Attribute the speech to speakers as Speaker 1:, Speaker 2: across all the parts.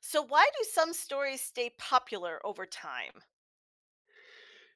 Speaker 1: So why do some stories stay popular over time?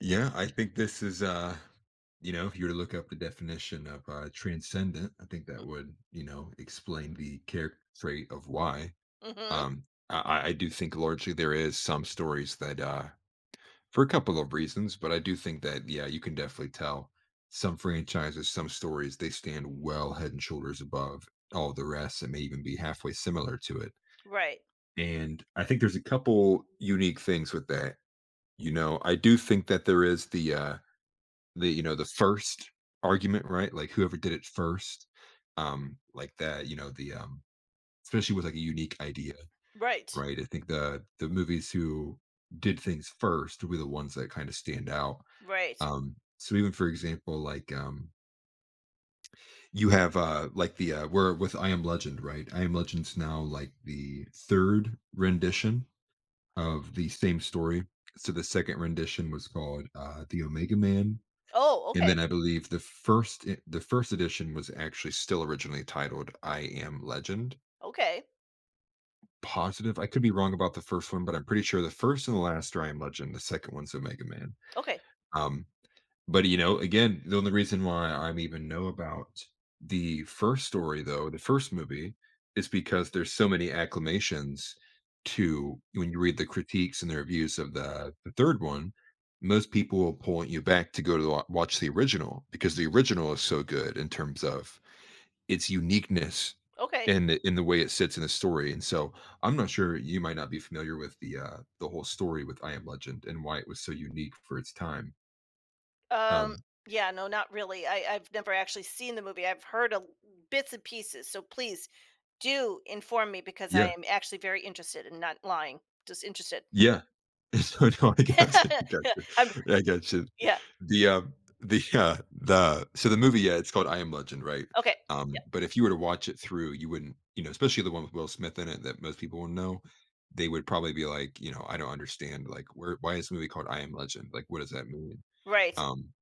Speaker 2: Yeah, I think this is if you were to look up the definition of transcendent, I think that would, explain the character trait of why.
Speaker 1: Mhm.
Speaker 2: Um I do think largely there is some stories that for a couple of reasons, but I do think that yeah, you can definitely tell some franchises, some stories, they stand well head and shoulders above all the rest and may even be halfway similar to it.
Speaker 1: Right.
Speaker 2: And I think there's a couple unique things with that. You know, I do think that there is the the the first argument, right? Like whoever did it first, like that you know the especially with like a unique idea,
Speaker 1: Right.
Speaker 2: right? I think the movies who did things first were the ones that kind of stand out.
Speaker 1: Right.
Speaker 2: So, even for example, you have like the we're with I Am Legend, right? I Am Legend's now like the third rendition of the same story, so the second rendition was called The Omega Man.
Speaker 1: Oh,
Speaker 2: And
Speaker 1: okay.
Speaker 2: then I believe the first edition was actually still originally titled I Am Legend.
Speaker 1: Okay.
Speaker 2: Positive I could be wrong about the first one, but I'm pretty sure the first and the last are I Am Legend, the second one's Omega Man.
Speaker 1: Okay.
Speaker 2: Um, but, you know, again, the only reason why I'm even know about the first story, though, the first movie, is because there's so many acclamations to when you read the critiques and the reviews of the third one, most people will point you back to go to wa watch the original because the original is so good in terms of its uniqueness
Speaker 1: Okay.
Speaker 2: and the way it sits in the story, and so I'm not sure you might not be familiar with the whole story with I Am Legend and why it was so unique for its time.
Speaker 1: Um
Speaker 2: Um
Speaker 1: yeah, no, not really. I've never actually seen the movie. I've heard a, bits and pieces. So please do inform me because I
Speaker 2: Yeah.
Speaker 1: am actually very interested and not lying. Just interested.
Speaker 2: Yeah. So, no, I got you. Got
Speaker 1: I'm
Speaker 2: you. I got you.
Speaker 1: Yeah.
Speaker 2: The, um the so, the movie, yeah, it's called I Am Legend, right?
Speaker 1: Okay. Yeah.
Speaker 2: But if you were to watch it through, you wouldn't, you know, especially the one with Will Smith in it that most people will know, they would probably be like, you know, "I don't understand, like, where why is the movie called I Am Legend? Like, what does that mean?"
Speaker 1: Right.
Speaker 2: Um,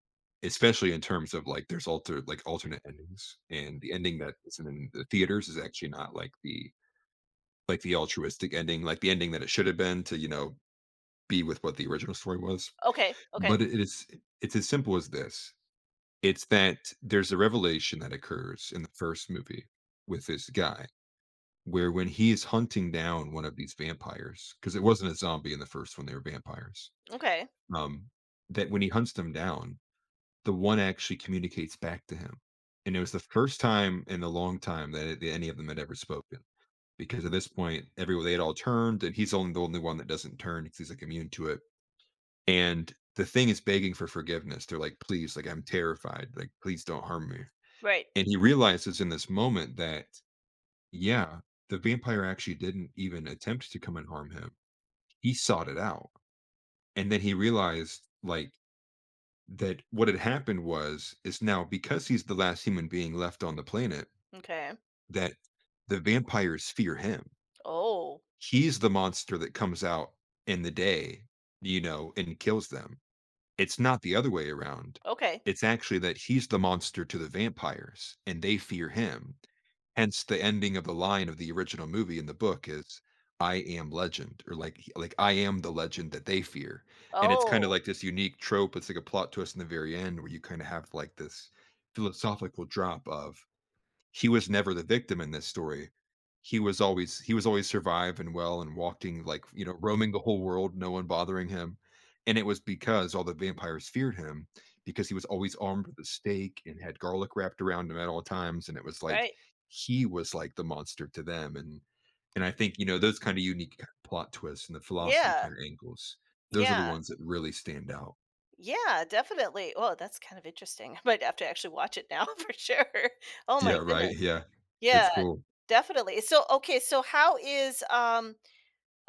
Speaker 2: especially in terms of, like, there's alternate endings, and the ending that is in the theaters is actually not like the altruistic ending, like the ending that it should have been to, you know, be with what the original story was.
Speaker 1: Okay. Okay.
Speaker 2: But it's as simple as this. It's that there's a revelation that occurs in the first movie with this guy where when he is hunting down one of these vampires, because it wasn't a zombie in the first one, they were vampires.
Speaker 1: Okay.
Speaker 2: Um, that when he hunts them down, the one actually communicates back to him. And it was the first time in a long time that any of them had ever spoken. Because at this point, everyone they had all turned, and he's only the only one that doesn't turn because he's like immune to it. And the thing is begging for forgiveness. They're like, "Please, like, I'm terrified, like, please don't harm me."
Speaker 1: Right.
Speaker 2: And he realizes in this moment that, yeah, the vampire actually didn't even attempt to come and harm him. He sought it out. And then he realized, like, that what had happened was is now because he's the last human being left on the planet,
Speaker 1: Okay.
Speaker 2: that the vampires fear him.
Speaker 1: Oh.
Speaker 2: He's the monster that comes out in the day, you know, and kills them. It's not the other way around.
Speaker 1: Okay.
Speaker 2: It's actually that he's the monster to the vampires, and they fear him. Hence, the ending of the line of the original movie in the book is, "I am legend," or "I am the legend that they fear." And it's kinda
Speaker 1: Oh.
Speaker 2: like this unique trope, it's like a plot twist in the very end where you kinda have, like, this philosophical drop of he was never the victim in this story. He was always survived and well and walking, like, you know, roaming the whole world, no one bothering him, and it was because all the vampires feared him because he was always armed with a stake and had garlic wrapped around him at all times, and it was like
Speaker 1: Right.
Speaker 2: he was like the monster to them, and I think, you know, those kinda unique plot twists and the philosophy
Speaker 1: Yeah.
Speaker 2: kinda angles, those are
Speaker 1: Yeah.
Speaker 2: the ones that really stand out.
Speaker 1: Yeah, definitely. Oh, that's kind of interesting. I might have to actually watch it now for sure. Oh
Speaker 2: Yeah,
Speaker 1: my
Speaker 2: right,
Speaker 1: goodness.
Speaker 2: yeah. It's
Speaker 1: Yeah,
Speaker 2: cool.
Speaker 1: definitely. So, okay, so how is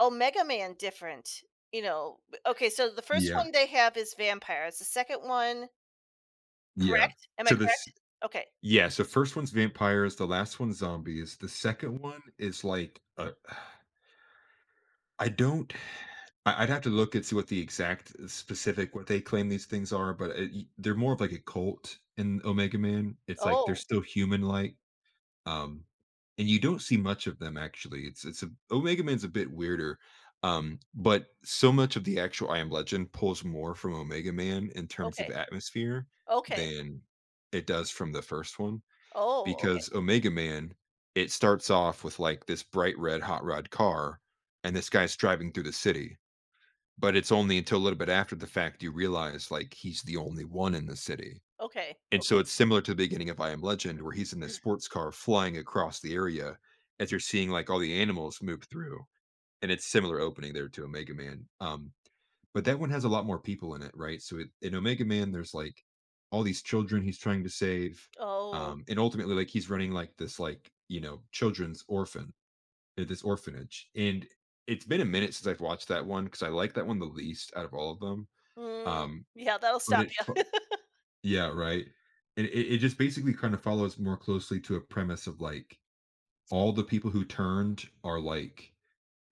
Speaker 1: Omega Man different? You know, okay, so the first
Speaker 2: Yeah,
Speaker 1: one they have is vampires. The second one,
Speaker 2: yeah.
Speaker 1: correct? Am I
Speaker 2: So this
Speaker 1: correct? Okay.
Speaker 2: Yeah, so first one's vampires, the last one's zombies. The second one is like, I don't I'd have to look and see what the exact specific what they claim these things are, but it y they're more of like a cult in Omega Man. It's like they're
Speaker 1: Oh,
Speaker 2: still human-like, um, and you don't see much of them actually. It's a Omega Man's a bit weirder, but so much of the actual I Am Legend pulls more from Omega Man in terms of
Speaker 1: okay.
Speaker 2: atmosphere
Speaker 1: Okay.
Speaker 2: than it does from the first one
Speaker 1: Oh, okay.
Speaker 2: because Omega Man, it starts off with like this bright red hot rod car, and this guy's driving through the city. But it's only until a little bit after the fact you realize like he's the only one in the city.
Speaker 1: Okay.
Speaker 2: And so
Speaker 1: Okay.
Speaker 2: it's similar to the beginning of I Am Legend, where he's in this sports car flying across the area as you're seeing like all the animals move through. And it's similar opening there to Omega Man. But that one has a lot more people in it, right? In Omega Man, there's like all these children he's trying to save,
Speaker 1: Oh.
Speaker 2: and ultimately, like he's running like this, like, you know, this orphanage. And it's been a minute since I've watched that one because I like that one the least out of all of them.
Speaker 1: Mm,
Speaker 2: Um,
Speaker 1: yeah, that'll
Speaker 2: but
Speaker 1: stop you.
Speaker 2: yeah, right. And it just basically kind of follows more closely to a premise of like all the people who turned are like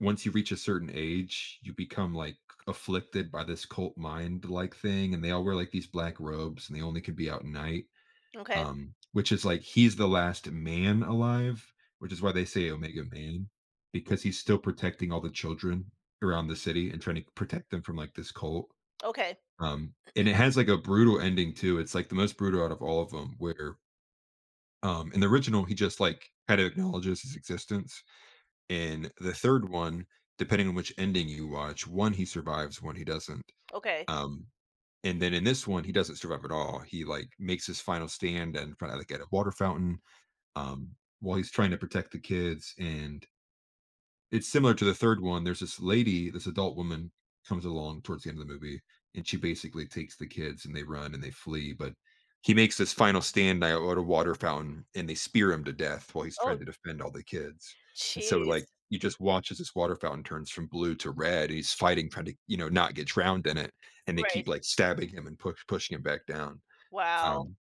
Speaker 2: once you reach a certain age, you become like afflicted by this cult mind like thing, and they all wear like these black robes, and they only can be out at night.
Speaker 1: Okay.
Speaker 2: Which is like he's the last man alive, which is why they say Omega Man, because he's still protecting all the children around the city and trying to protect them from like this cult.
Speaker 1: Okay.
Speaker 2: And it has like a brutal ending too. It's like the most brutal out of all of them, where in the original he just like kind of acknowledges his existence in the third one, depending on which ending you watch, one he survives, one he doesn't.
Speaker 1: Okay.
Speaker 2: Um, and then in this one, he doesn't survive at all. He like makes his final stand in front of at a water fountain, while he's trying to protect the kids and it's similar to the third one. There's this lady, this adult woman comes along towards the end of the movie, and she basically takes the kids and they run and they flee. But he makes this final stand at a water fountain and they spear him to death while he's
Speaker 1: Oh,
Speaker 2: trying to defend all the kids. And so,
Speaker 1: jeez.
Speaker 2: like, you just watch as this water fountain turns from blue to red. He's fighting, trying to, you know, not get drowned in it. And they
Speaker 1: Right.
Speaker 2: keep like stabbing him and pushing him back down.
Speaker 1: Wow.
Speaker 2: Um,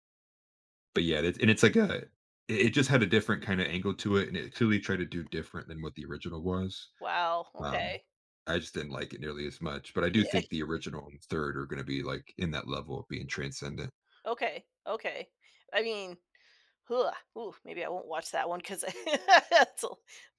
Speaker 2: but yeah, and it's like a, it just had a different kind of angle to it. And it clearly tried to do different than what the original was,
Speaker 1: Wow,
Speaker 2: um,
Speaker 1: okay.
Speaker 2: I just didn't like it nearly as much, but I do
Speaker 1: Yeah,
Speaker 2: think the original and third are gonna be, like, in that level of being transcendent.
Speaker 1: okay, okay. I mean, huh. Ooh, maybe I won't watch that one because that's a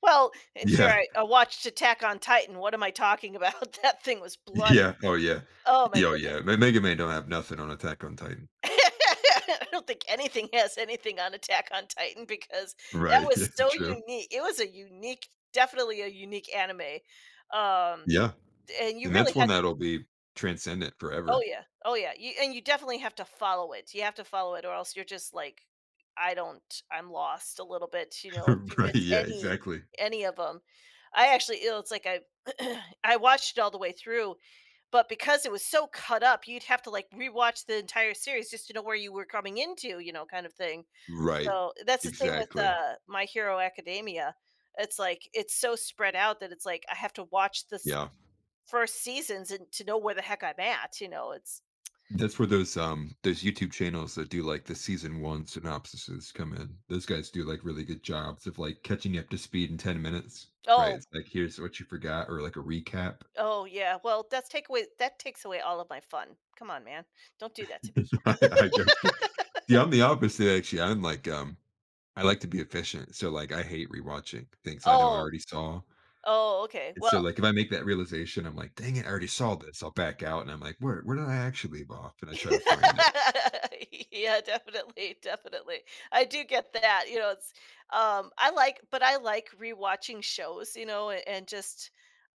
Speaker 1: well, and here
Speaker 2: Yeah.
Speaker 1: I watched Attack on Titan. What am I talking about? That thing was bloody.
Speaker 2: Yeah. Oh, yeah.
Speaker 1: Oh my
Speaker 2: Yeah, oh,
Speaker 1: goodness.
Speaker 2: yeah. Me Mega Man don't have nothing on Attack on Titan.
Speaker 1: I don't think anything has anything on Attack on Titan because that
Speaker 2: Right.
Speaker 1: was
Speaker 2: Yeah,
Speaker 1: so
Speaker 2: true.
Speaker 1: unique. It was a unique Definitely a unique anime. Um,
Speaker 2: Yeah,
Speaker 1: and you
Speaker 2: and that's
Speaker 1: really
Speaker 2: one
Speaker 1: had
Speaker 2: that'll be transcendent
Speaker 1: oh
Speaker 2: forever.
Speaker 1: yeah. Oh yeah. You, and you definitely have to follow it. You have to follow it, or else you're just like I don't I'm lost a little bit, you know, if you miss
Speaker 2: Right, yeah, exactly.
Speaker 1: any of them. I actually you know, it's like I I watched it all the way through, but because it was so cut up, you'd have to like rewatch the entire series just to know where you were coming into, you know, kind of thing.
Speaker 2: Right.
Speaker 1: So that's the same with
Speaker 2: Exactly.
Speaker 1: My Hero Academia. It's like it's so spread out that it's like I have to watch this
Speaker 2: Yeah.
Speaker 1: first seasons and to know where the heck I'm at, you know. It's
Speaker 2: That's where those YouTube channels that do like the season one synopsises come in. Those guys do like really good jobs of like catching you up to speed in 10 minutes. Right.
Speaker 1: oh,
Speaker 2: It's like here's what you forgot or like a recap.
Speaker 1: oh yeah. Well, that takes away all of my fun. Come on, man. Don't do that to me.
Speaker 2: I guess. Yeah, I'm the opposite actually. I'm like I like to be efficient. So like I hate rewatching things I know I
Speaker 1: Oh,
Speaker 2: already saw.
Speaker 1: oh, okay.
Speaker 2: And so
Speaker 1: Well,
Speaker 2: like if I make that realization, I'm like, dang it, I already saw this. I'll back out and I'm like, where did I actually leave off? And I try to find it.
Speaker 1: yeah, definitely, definitely. I do get that. You know, it's I like but I like rewatching shows, you know, and just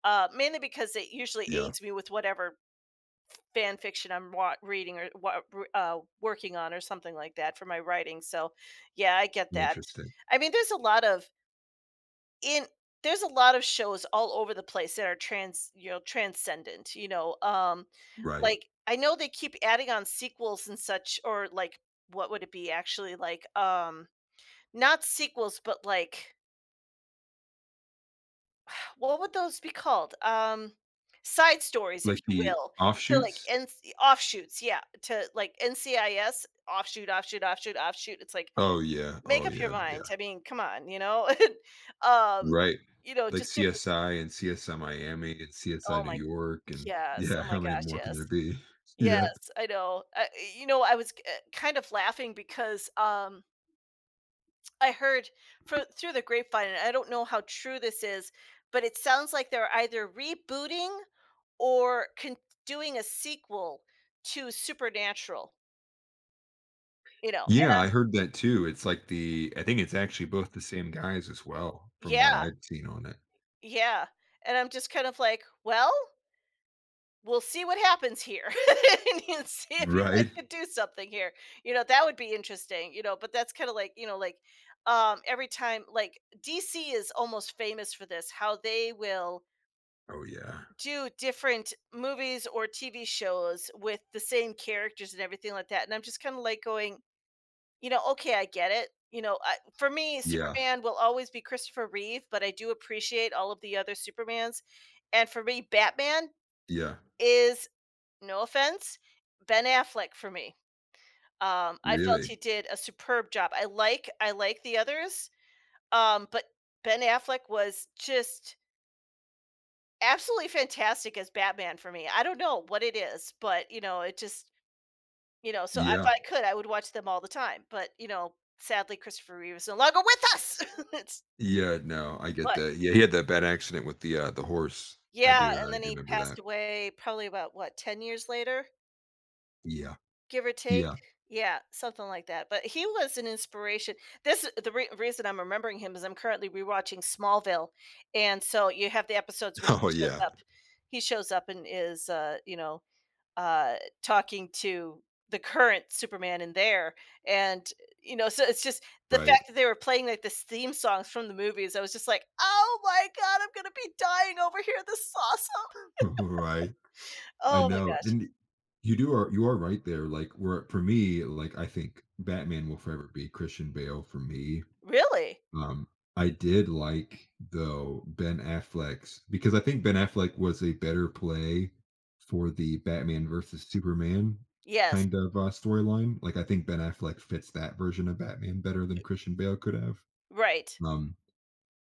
Speaker 1: mainly because it usually
Speaker 2: Yeah.
Speaker 1: aids me with whatever fan fiction I'm reading or working on or something like that for my writing. So, yeah, I get that.
Speaker 2: Interesting.
Speaker 1: I mean, in there's a lot of shows all over the place that are trans you know transcendent, you know.
Speaker 2: Right.
Speaker 1: Like I know they keep adding on sequels and such, or like what would it be actually like, not sequels, but like what would those be called, side stories, if
Speaker 2: Like
Speaker 1: you
Speaker 2: the
Speaker 1: will, to like
Speaker 2: offshoots.
Speaker 1: and offshoots, yeah, to like NCIS, offshoot, offshoot, offshoot, offshoot. It's like,
Speaker 2: Oh, yeah.
Speaker 1: make
Speaker 2: Oh,
Speaker 1: up your
Speaker 2: yeah,
Speaker 1: mind.
Speaker 2: yeah.
Speaker 1: I mean, come on, you know. um
Speaker 2: Right.
Speaker 1: you know,
Speaker 2: Like
Speaker 1: just different
Speaker 2: CSI and CSI Miami and CSI
Speaker 1: oh
Speaker 2: New
Speaker 1: my
Speaker 2: York and
Speaker 1: yes,
Speaker 2: yeah,
Speaker 1: oh my
Speaker 2: how many
Speaker 1: gosh,
Speaker 2: more can there
Speaker 1: yes.
Speaker 2: be? Yeah.
Speaker 1: Yes, I know. I You know, I was, eh, kind of laughing because, I heard fro through the grapevine, and I don't know how true this is, but it sounds like they're either rebooting or con doing a sequel to Supernatural, you know,
Speaker 2: Yeah,
Speaker 1: and I'm
Speaker 2: I heard that too. It's like the I think it's actually both the same guys as well from what
Speaker 1: yeah,
Speaker 2: I've seen on it.
Speaker 1: yeah, and I'm just kind of like, "Well?" We'll see what happens here. And you see if you guys
Speaker 2: Right?
Speaker 1: could do something here, you know. That would be interesting, you know. But that's kind of like, you know, like every time, like DC is almost famous for this, how they will
Speaker 2: Oh, yeah.
Speaker 1: do different movies or TV shows with the same characters and everything like that. And I'm just kind of like going, you know, okay, I get it. You know, I, for me,
Speaker 2: Yeah.
Speaker 1: Superman will always be Christopher Reeve, but I do appreciate all of the other Supermans. And for me, Batman
Speaker 2: Yeah.
Speaker 1: is, no offense, Ben Affleck for me. I felt he
Speaker 2: Really?
Speaker 1: did a superb job. I like the others, but Ben Affleck was just absolutely fantastic as Batman for me. I don't know what it is, but, you know, it just you know, so if
Speaker 2: Yeah.
Speaker 1: I could, I would watch them all the time. But, you know, sadly, Christopher Reeve is no longer with us. It's
Speaker 2: Yeah, no, I get
Speaker 1: but
Speaker 2: that. Yeah, he had that bad accident with the horse.
Speaker 1: yeah, and
Speaker 2: I
Speaker 1: then
Speaker 2: do
Speaker 1: he
Speaker 2: remember
Speaker 1: passed
Speaker 2: that.
Speaker 1: away probably about, what, 10 years later?
Speaker 2: Yeah.
Speaker 1: Give or take.
Speaker 2: Yeah.
Speaker 1: Yeah, something like that, but he was an inspiration. This the rea reason I'm remembering him is I'm currently rewatching Smallville, and so you have the episodes where
Speaker 2: Oh, yeah.
Speaker 1: he shows up and is, you know, uh, talking to the current Superman in there, and, you know, so it's just the
Speaker 2: Right.
Speaker 1: fact that they were playing, like, this theme songs from the movies. I was just like, "Oh my god, I'm gonna be dying over here, this is awesome."
Speaker 2: Right. I
Speaker 1: Oh my
Speaker 2: know,
Speaker 1: gosh.
Speaker 2: and you are right there, like, where for me, like, I think Batman will forever be Christian Bale for me.
Speaker 1: Really?
Speaker 2: Um, I did like, though, Ben Affleck's because I think Ben Affleck was a better play for the Batman versus Superman
Speaker 1: Yes.
Speaker 2: kind of, storyline. Like, I think Ben Affleck fits that version of Batman better than
Speaker 1: Y
Speaker 2: Christian Bale could have.
Speaker 1: Right.
Speaker 2: Um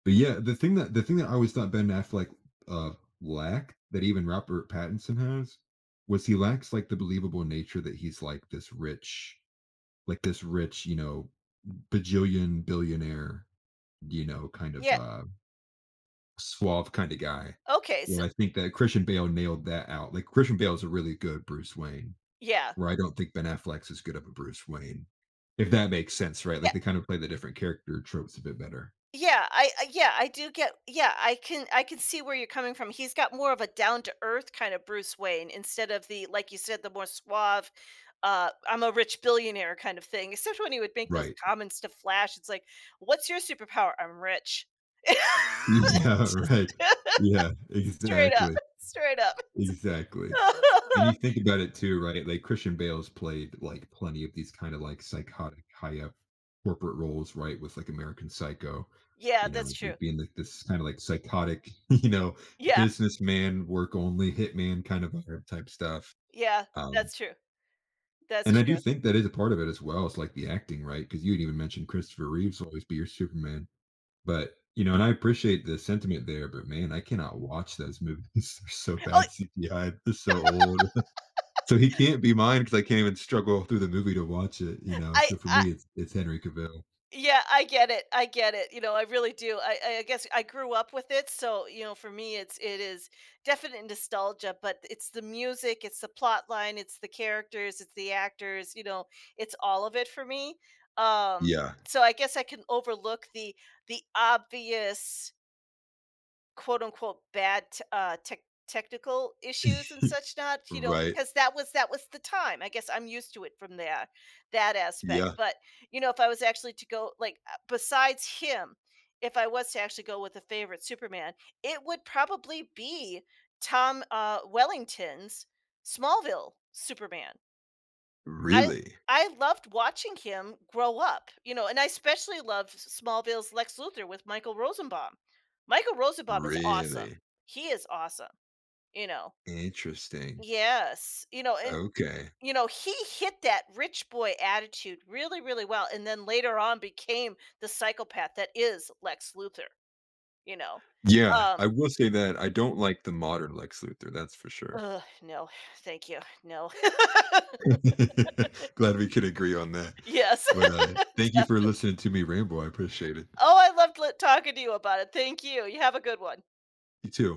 Speaker 2: but yeah, the thing that I always thought Ben Affleck uh, lacked that even Robert Pattinson has was he lacks like the believable nature that he's like this rich, you know, bajillion billionaire, you know, kind of
Speaker 1: Yeah.
Speaker 2: suave kind of guy.
Speaker 1: Okay, so
Speaker 2: Well, I think that Christian Bale nailed that out. Like Christian Bale is a really good Bruce Wayne,
Speaker 1: yeah.
Speaker 2: where I don't think Ben Affleck's as good of a Bruce Wayne, if that makes sense, right?
Speaker 1: Yeah.
Speaker 2: Like they kind of play the different character tropes a bit better,
Speaker 1: Yeah, I yeah, I do get yeah, I can see where you're coming from. He's got more of a down to earth kind of Bruce Wayne, instead of, the like you said, the more suave, I'm a rich billionaire kind of thing. Except when he would make those
Speaker 2: right?
Speaker 1: comments to Flash, it's like, "What's your superpower?" I'm rich.
Speaker 2: Yeah,
Speaker 1: Just
Speaker 2: right. Yeah,
Speaker 1: straight up.
Speaker 2: exactly,
Speaker 1: Straight up.
Speaker 2: exactly. And you think about it too, right? Like, Christian Bale's played, like, plenty of these kinda, like, psychotic, high up corporate roles, right, with, like, American Psycho,
Speaker 1: Yeah,
Speaker 2: you
Speaker 1: that's
Speaker 2: know,
Speaker 1: true.
Speaker 2: like, being, like, this kinda, like, psychotic, you know,
Speaker 1: Yeah.
Speaker 2: businessman, work only, hitman kind of vibe type stuff.
Speaker 1: Yeah,
Speaker 2: Um,
Speaker 1: that's true. That's
Speaker 2: and I do
Speaker 1: true.
Speaker 2: think that is a part of it as well, it's, like, the acting, right? Because you had even mentioned Christopher Reeves will always be your Superman. But, you know, and I appreciate the sentiment there, but man, I cannot watch those movies. They're so
Speaker 1: Oh,
Speaker 2: bad CGI, they're so old. So he can't be mine because I can't even struggle through the movie to watch it, you know? So for
Speaker 1: I
Speaker 2: me, it's Henry Cavill.
Speaker 1: yeah, I get it. I get it. You know, I really do. I guess I grew up with it, so you know, for me, it is definite nostalgia. But it's the music, it's the plot line, it's the characters, it's the actors. You know, it's all of it for me. Um,
Speaker 2: Yeah,
Speaker 1: so I guess I can overlook the obvious quote unquote bad technical issues and such not, you know,
Speaker 2: right.
Speaker 1: because that was the time. I guess I'm used to it from there, that aspect.
Speaker 2: Yeah,
Speaker 1: But you know, if I was actually to go like, besides him, if I was to actually go with a favorite Superman, it would probably be Tom, Wellington's Smallville Superman. I
Speaker 2: really?
Speaker 1: I loved watching him grow up, you know, and I especially loved Smallville's Lex Luthor with Michael Rosenbaum. Michael Rosenbaum is awesome.
Speaker 2: Really?
Speaker 1: He is awesome, you know.
Speaker 2: Interesting.
Speaker 1: Yes, you know, and
Speaker 2: Okay.
Speaker 1: you know, he hit that rich boy attitude really, really well, and then later on became the psychopath that is Lex Luthor, you know.
Speaker 2: Yeah,
Speaker 1: Um,
Speaker 2: I will say that I don't like the modern Lex Luthor, that's for sure.
Speaker 1: ugh, no, thank you, no.
Speaker 2: Glad we could agree on that.
Speaker 1: Yes.
Speaker 2: But, thank you for listening to me ramble, I appreciate it.
Speaker 1: Oh, I loved talking to you about it. Thank you. You have a good one.
Speaker 2: You too.